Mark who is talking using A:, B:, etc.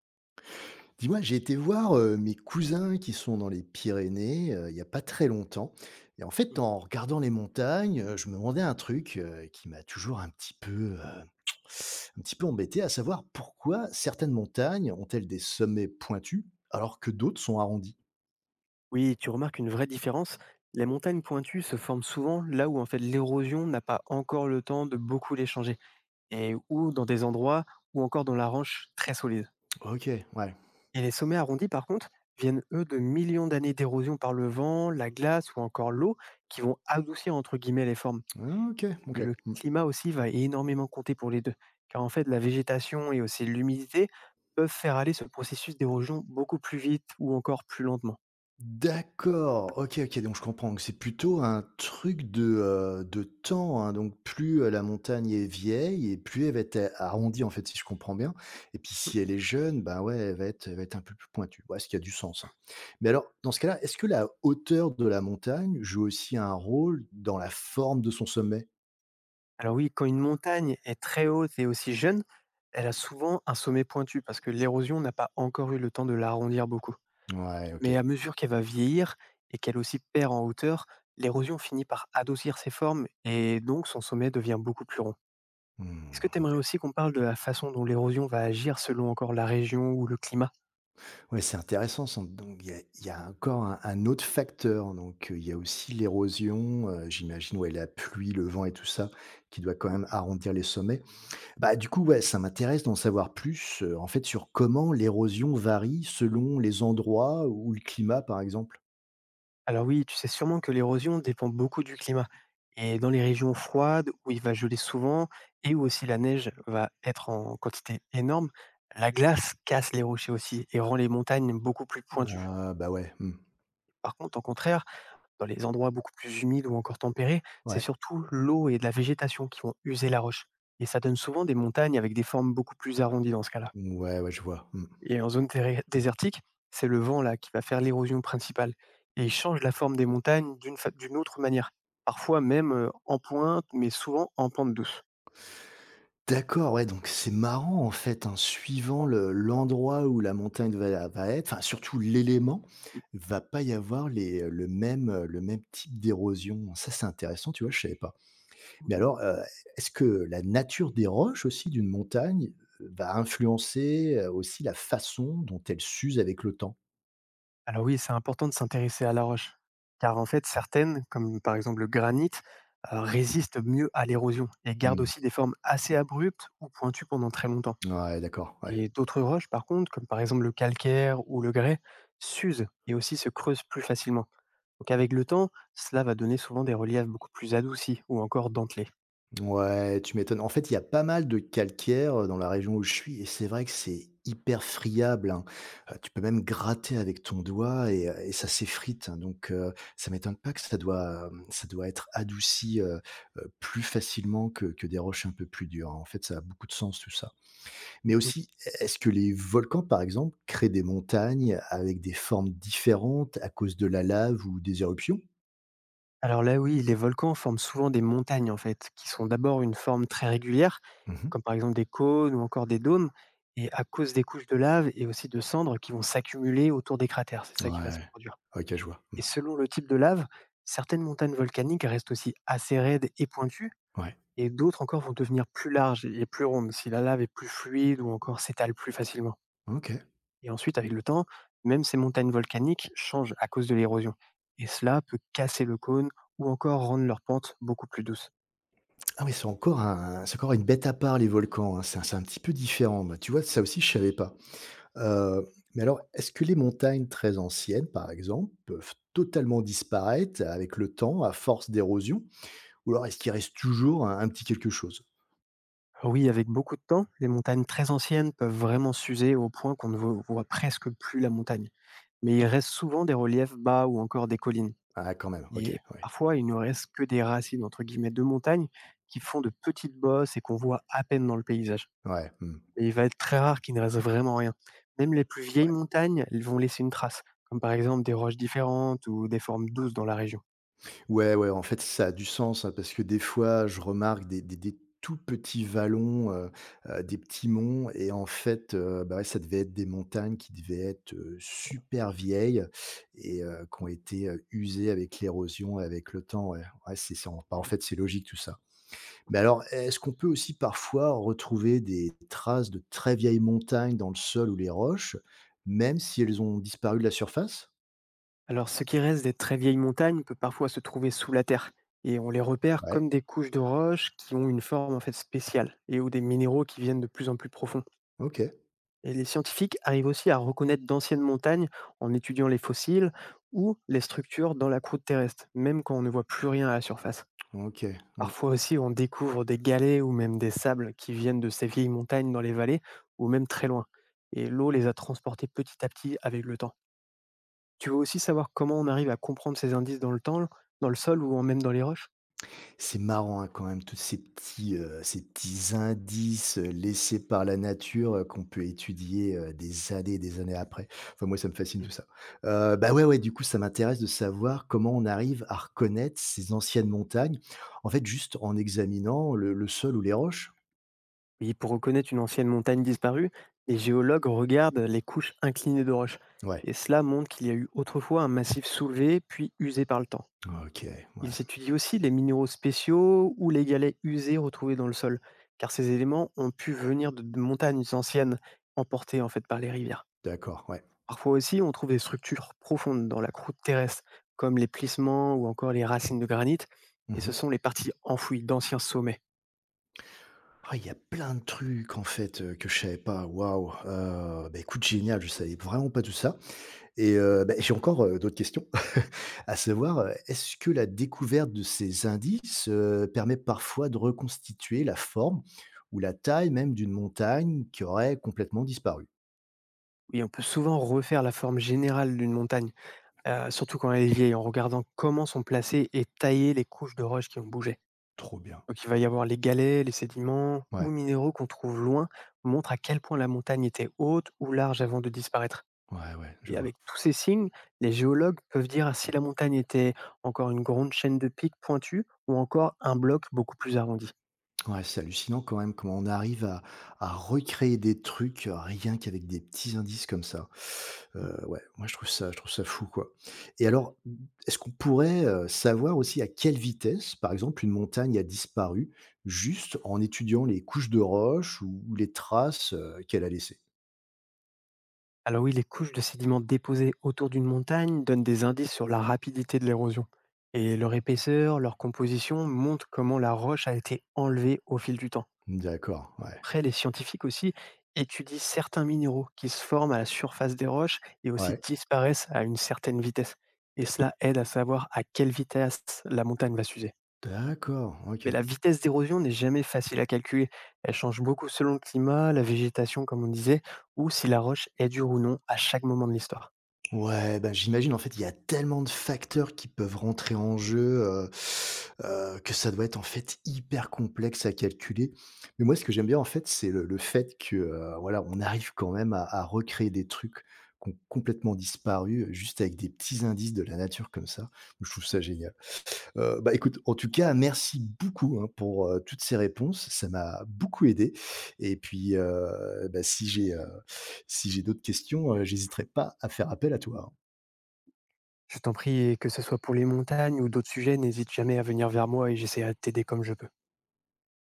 A: Dis-moi, j'ai été voir mes cousins qui sont dans les Pyrénées il n'y a pas très longtemps. Et en fait,
B: Mmh.
A: en regardant les montagnes, je me demandais un truc qui m'a toujours un petit peu, un petit peu embêté, à savoir pourquoi certaines montagnes ont-elles des sommets pointus alors que d'autres sont arrondis.
B: Oui, tu remarques une vraie différence. Les montagnes pointues se forment souvent là où en fait l'érosion n'a pas encore le temps de beaucoup les changer, et ou dans des endroits ou encore dans la ranche très solide.
A: Ok, ouais.
B: Et les sommets arrondis, par contre, viennent eux de millions d'années d'érosion par le vent, la glace ou encore l'eau qui vont adoucir entre guillemets les formes.
A: Ah, ok, ok.
B: Mais le climat aussi va énormément compter pour les deux, car en fait la végétation et aussi l'humidité peuvent faire aller ce processus d'érosion beaucoup plus vite ou encore plus lentement.
A: D'accord, OK, OK, donc je comprends. Donc c'est plutôt un truc de temps, hein, donc plus, la montagne est vieille et plus elle va être a arrondie, en fait, si je comprends bien, et puis si elle est jeune, bah, ouais, elle va être un peu plus pointue. Ouais, ce qui a du sens, hein. Mais alors, dans ce cas-là, est-ce que la hauteur de la montagne joue aussi un rôle dans la forme de son sommet?
B: Alors oui, quand une montagne est très haute et aussi jeune, elle a souvent un sommet pointu parce que l'érosion n'a pas encore eu le temps de l'arrondir beaucoup.
A: Ouais, OK.
B: Mais à mesure qu'elle va vieillir et qu'elle aussi perd en hauteur, l'érosion finit par adoucir ses formes et donc son sommet devient beaucoup plus rond. Est-ce que
A: Mmh,
B: tu
A: OK.
B: aimerais aussi qu'on parle de la façon dont l'érosion va agir selon encore la région ou le climat?
A: Ouais, c'est intéressant ça. Donc il y a encore un autre facteur, donc il y a aussi l'érosion, j'imagine, ouais, la pluie, le vent et tout ça, qui doit quand même arrondir les sommets. Bah, du coup, ouais, ça m'intéresse d'en savoir plus, en fait, sur comment l'érosion varie selon les endroits ou le climat, par exemple?
B: Alors oui, tu sais sûrement que l'érosion dépend beaucoup du climat. Et dans les régions froides, où il va geler souvent et où aussi la neige va être en quantité énorme, la glace casse les rochers aussi et rend les montagnes beaucoup plus pointues.
A: Ah bah, ouais, mmh.
B: Par contre, au contraire, dans les endroits beaucoup plus humides ou encore tempérés, c'est
A: Ouais.
B: surtout l'eau et de la végétation qui vont user la roche. Et ça donne souvent des montagnes avec des formes beaucoup plus arrondies dans ce cas-là.
A: Ouais, ouais, je vois. Mmh.
B: Et en zone déré désertique, c'est le vent là qui va faire l'érosion principale et il change la forme des montagnes d'une fa d'une autre manière, parfois même, en pointe, mais souvent en pente douce.
A: D'accord, ouais, donc c'est marrant en fait, hein, suivant le l'endroit où la montagne va être, enfin surtout l'élément, va pas y avoir le même type d'érosion. Ça, c'est intéressant, tu vois? Je savais pas. Mais alors, est-ce que la nature des roches aussi d'une montagne, va influencer, aussi la façon dont elle s'use avec le temps?
B: Alors oui, c'est important de s'intéresser à la roche, car en fait certaines, comme par exemple le granit, résistent mieux à l'érosion et gardent
A: Mmh,
B: aussi des formes assez abruptes ou pointues pendant très longtemps.
A: ouais, d'accord, ouais.
B: Et d'autres roches, par contre, comme par exemple le calcaire ou le grès, s'usent et aussi se creusent plus facilement. Donc avec le temps, cela va donner souvent des reliefs beaucoup plus adoucis ou encore dentelés.
A: Ouais, tu m'étonnes. En fait, il y a pas mal de calcaire, dans la région où je suis et c'est vrai que c'est hyper friable, hein. Tu peux même gratter avec ton doigt et ça s'effrite, hein, donc ça m'étonne pas que ça doit, ça doit être adouci, plus facilement que des roches un peu plus dures, hein. En fait, ça a beaucoup de sens tout ça. Mais
B: Mhm.
A: aussi, e est-ce que les volcans, par exemple, créent des montagnes avec des formes différentes à cause de la lave ou des éruptions?
B: Alors là oui, les volcans forment souvent des montagnes qui sont d'abord une forme très régulière,
A: Mmh.
B: comme par exemple des cônes ou encore des dômes, et à cause des couches de lave et aussi de cendres qui vont s'accumuler autour des cratères, c'est ça qui va se
A: Ouais.
B: produire.
A: OK, je vois.
B: Et selon le type de lave, certaines montagnes volcaniques restent aussi assez raides et pointues,
A: Ouais.
B: et d'autres encore vont devenir plus larges et plus rondes, si la lave est plus fluide ou encore s'étale plus facilement.
A: OK.
B: Et ensuite, avec le temps, même ces montagnes volcaniques changent à cause de l'érosion. Et cela peut casser le cône ou encore rendre leur pente beaucoup plus douce.
A: Ah oui, c'est encore une bête à part, les volcans, hein, c'est un petit peu différent. Bah, tu vois, ça aussi je savais pas. Heu, mais alors, est-ce que les montagnes très anciennes, par exemple, peuvent totalement disparaître avec le temps à force d'érosion? Ou alors est-ce qu'il reste toujours un petit quelque chose?
B: Oui, avec beaucoup de temps, les montagnes très anciennes peuvent vraiment s'user au point qu'on ne voit presque plus la montagne. Mais il reste souvent des reliefs bas ou encore des collines.
A: Ah quand même, OK,
B: Et
A: ouais.
B: parfois, il ne reste que des racines, entre guillemets, de montagne qui font de petites bosses et qu'on voit à peine dans le paysage.
A: Ouais, mmh,
B: Et il va être très rare qu'il ne reste vraiment rien. Même les plus vieilles
A: ouais.
B: montagnes, elles vont laisser une trace, comme par exemple des roches différentes ou des formes douces dans la région.
A: Ouais, ouais, en fait, ça a du sens, hein, parce que des fois, je remarque des tout petits vallons, des petits monts, et en fait, bah ouais, ça devait être des montagnes qui devaient être super vieilles et qui ont été usées avec l'érosion et avec le temps. Ouais, ouais, bah, en
B: Mhm.
A: fait, c'est logique tout ça. Mais alors, est-ce qu'on peut aussi parfois retrouver des traces de très vieilles montagnes dans le sol ou les roches, même si elles ont disparu de la surface?
B: Alors ce qui reste des très vieilles montagnes peut parfois se trouver sous la terre, et on les repère
A: Ouais,
B: comme des couches de roches qui ont une forme en fait spéciale, et ou des minéraux qui viennent de plus en plus profonds.
A: ok,
B: Et les scientifiques arrivent aussi à reconnaître d'anciennes montagnes en étudiant les fossiles ou les structures dans la croûte terrestre, même quand on ne voit plus rien à la surface.
A: ok.
B: Parfois aussi, on découvre des galets ou même des sables qui viennent de ces vieilles montagnes dans les vallées ou même très loin. Et l'eau les a transportés petit à petit avec le temps. Tu veux aussi savoir comment on arrive à comprendre ces indices dans le temps, dans le sol ou même dans les roches?
A: C'est marrant, hein, quand même, tous ces petits indices, laissés par la nature, qu'on peut étudier, des années et des années après. Enfin, moi, ça me fascine
B: Mhm.
A: tout ça. Bah, ouais, ouais, du coup, ça m'intéresse de savoir comment on arrive à reconnaître ces anciennes montagnes, en fait, juste en examinant le sol ou les roches?
B: Oui, pour reconnaître une ancienne montagne disparue, les géologues regardent les couches inclinées de roches.
A: Ouais,
B: Et cela montre qu'il y a eu autrefois un massif soulevé, puis usé par le temps.
A: OK,
B: Ils
A: ouais,
B: étudient aussi les minéraux spéciaux ou les galets usés retrouvés dans le sol, car ces éléments ont pu venir de montagnes anciennes, emportées en fait par les rivières.
A: d'accord, ouais.
B: Parfois aussi, on trouve des structures profondes dans la croûte terrestre, comme les plissements ou encore les racines de granit, et ce
A: Mmh.
B: sont les parties enfouies d'anciens sommets.
A: Ah, il y a plein de trucs, en fait, que je savais pas, waouh! Bah, écoute, génial, je savais vraiment pas tout ça. Et bah, j'ai encore, d'autres questions, à savoir, est-ce que la découverte de ces indices, permet parfois de reconstituer la forme ou la taille même d'une montagne qui aurait complètement disparu?
B: Oui, on peut souvent refaire la forme générale d'une montagne, surtout quand elle est vieille, en regardant comment sont placées et taillées les couches de roches qui ont bougé.
A: Trop bien.
B: Donc il va y avoir les galets, les sédiments ou
A: Ouais.
B: minéraux qu'on trouve loin, montrent à quel point la montagne était haute ou large avant de disparaître.
A: Ouais, ouais, je
B: Et
A: vois.
B: avec tous ces signes, les géologues peuvent dire si la montagne était encore une grande chaîne de pics pointus ou encore un bloc beaucoup plus arrondi.
A: Ouais, c'est hallucinant quand même comment on arrive à recréer des trucs rien qu'avec des petits indices comme ça. Ouais, moi je trouve je trouve ça fou quoi. Et alors, est-ce qu'on pourrait savoir aussi à quelle vitesse, par exemple, une montagne a disparu juste en étudiant les couches de roches ou les traces qu'elle a laissées.
B: Alors oui, les couches de sédiments déposées autour d'une montagne donnent des indices sur la rapidité de l'érosion. Et leur épaisseur, leur composition montrent comment la roche a été enlevée au fil du temps.
A: D'accord, ouais,
B: Après, les scientifiques aussi étudient certains minéraux qui se forment à la surface des roches et aussi
A: ouais,
B: disparaissent à une certaine vitesse. Et cela aide à savoir à quelle vitesse la montagne va s'user.
A: d'accord,
B: Mais
A: ok.
B: la vitesse d'érosion n'est jamais facile à calculer. Elle change beaucoup selon le climat, la végétation, comme on disait, ou si la roche est dure ou non à chaque moment de l'histoire.
A: Ouais, ben j'imagine, en fait, il y a tellement de facteurs qui peuvent rentrer en jeu, que ça doit être, en fait, hyper complexe à calculer. Mais moi, ce que j'aime bien, en fait, c'est le fait que, voilà, on arrive quand même à recréer des trucs qui ont complètement disparu, juste avec des petits indices de la nature comme ça. Je trouve ça génial. Bah, écoute, en tout cas, merci beaucoup, hein, pour, toutes ces réponses. Ça m'a beaucoup aidé, et puis, bah, si j'ai d'autres questions, j'hésiterai pas à faire appel à toi, hein.
B: Je t'en prie et que ce soit pour les montagnes ou d'autres sujets, n'hésite jamais à venir vers moi et j'essaierai de t'aider comme je peux.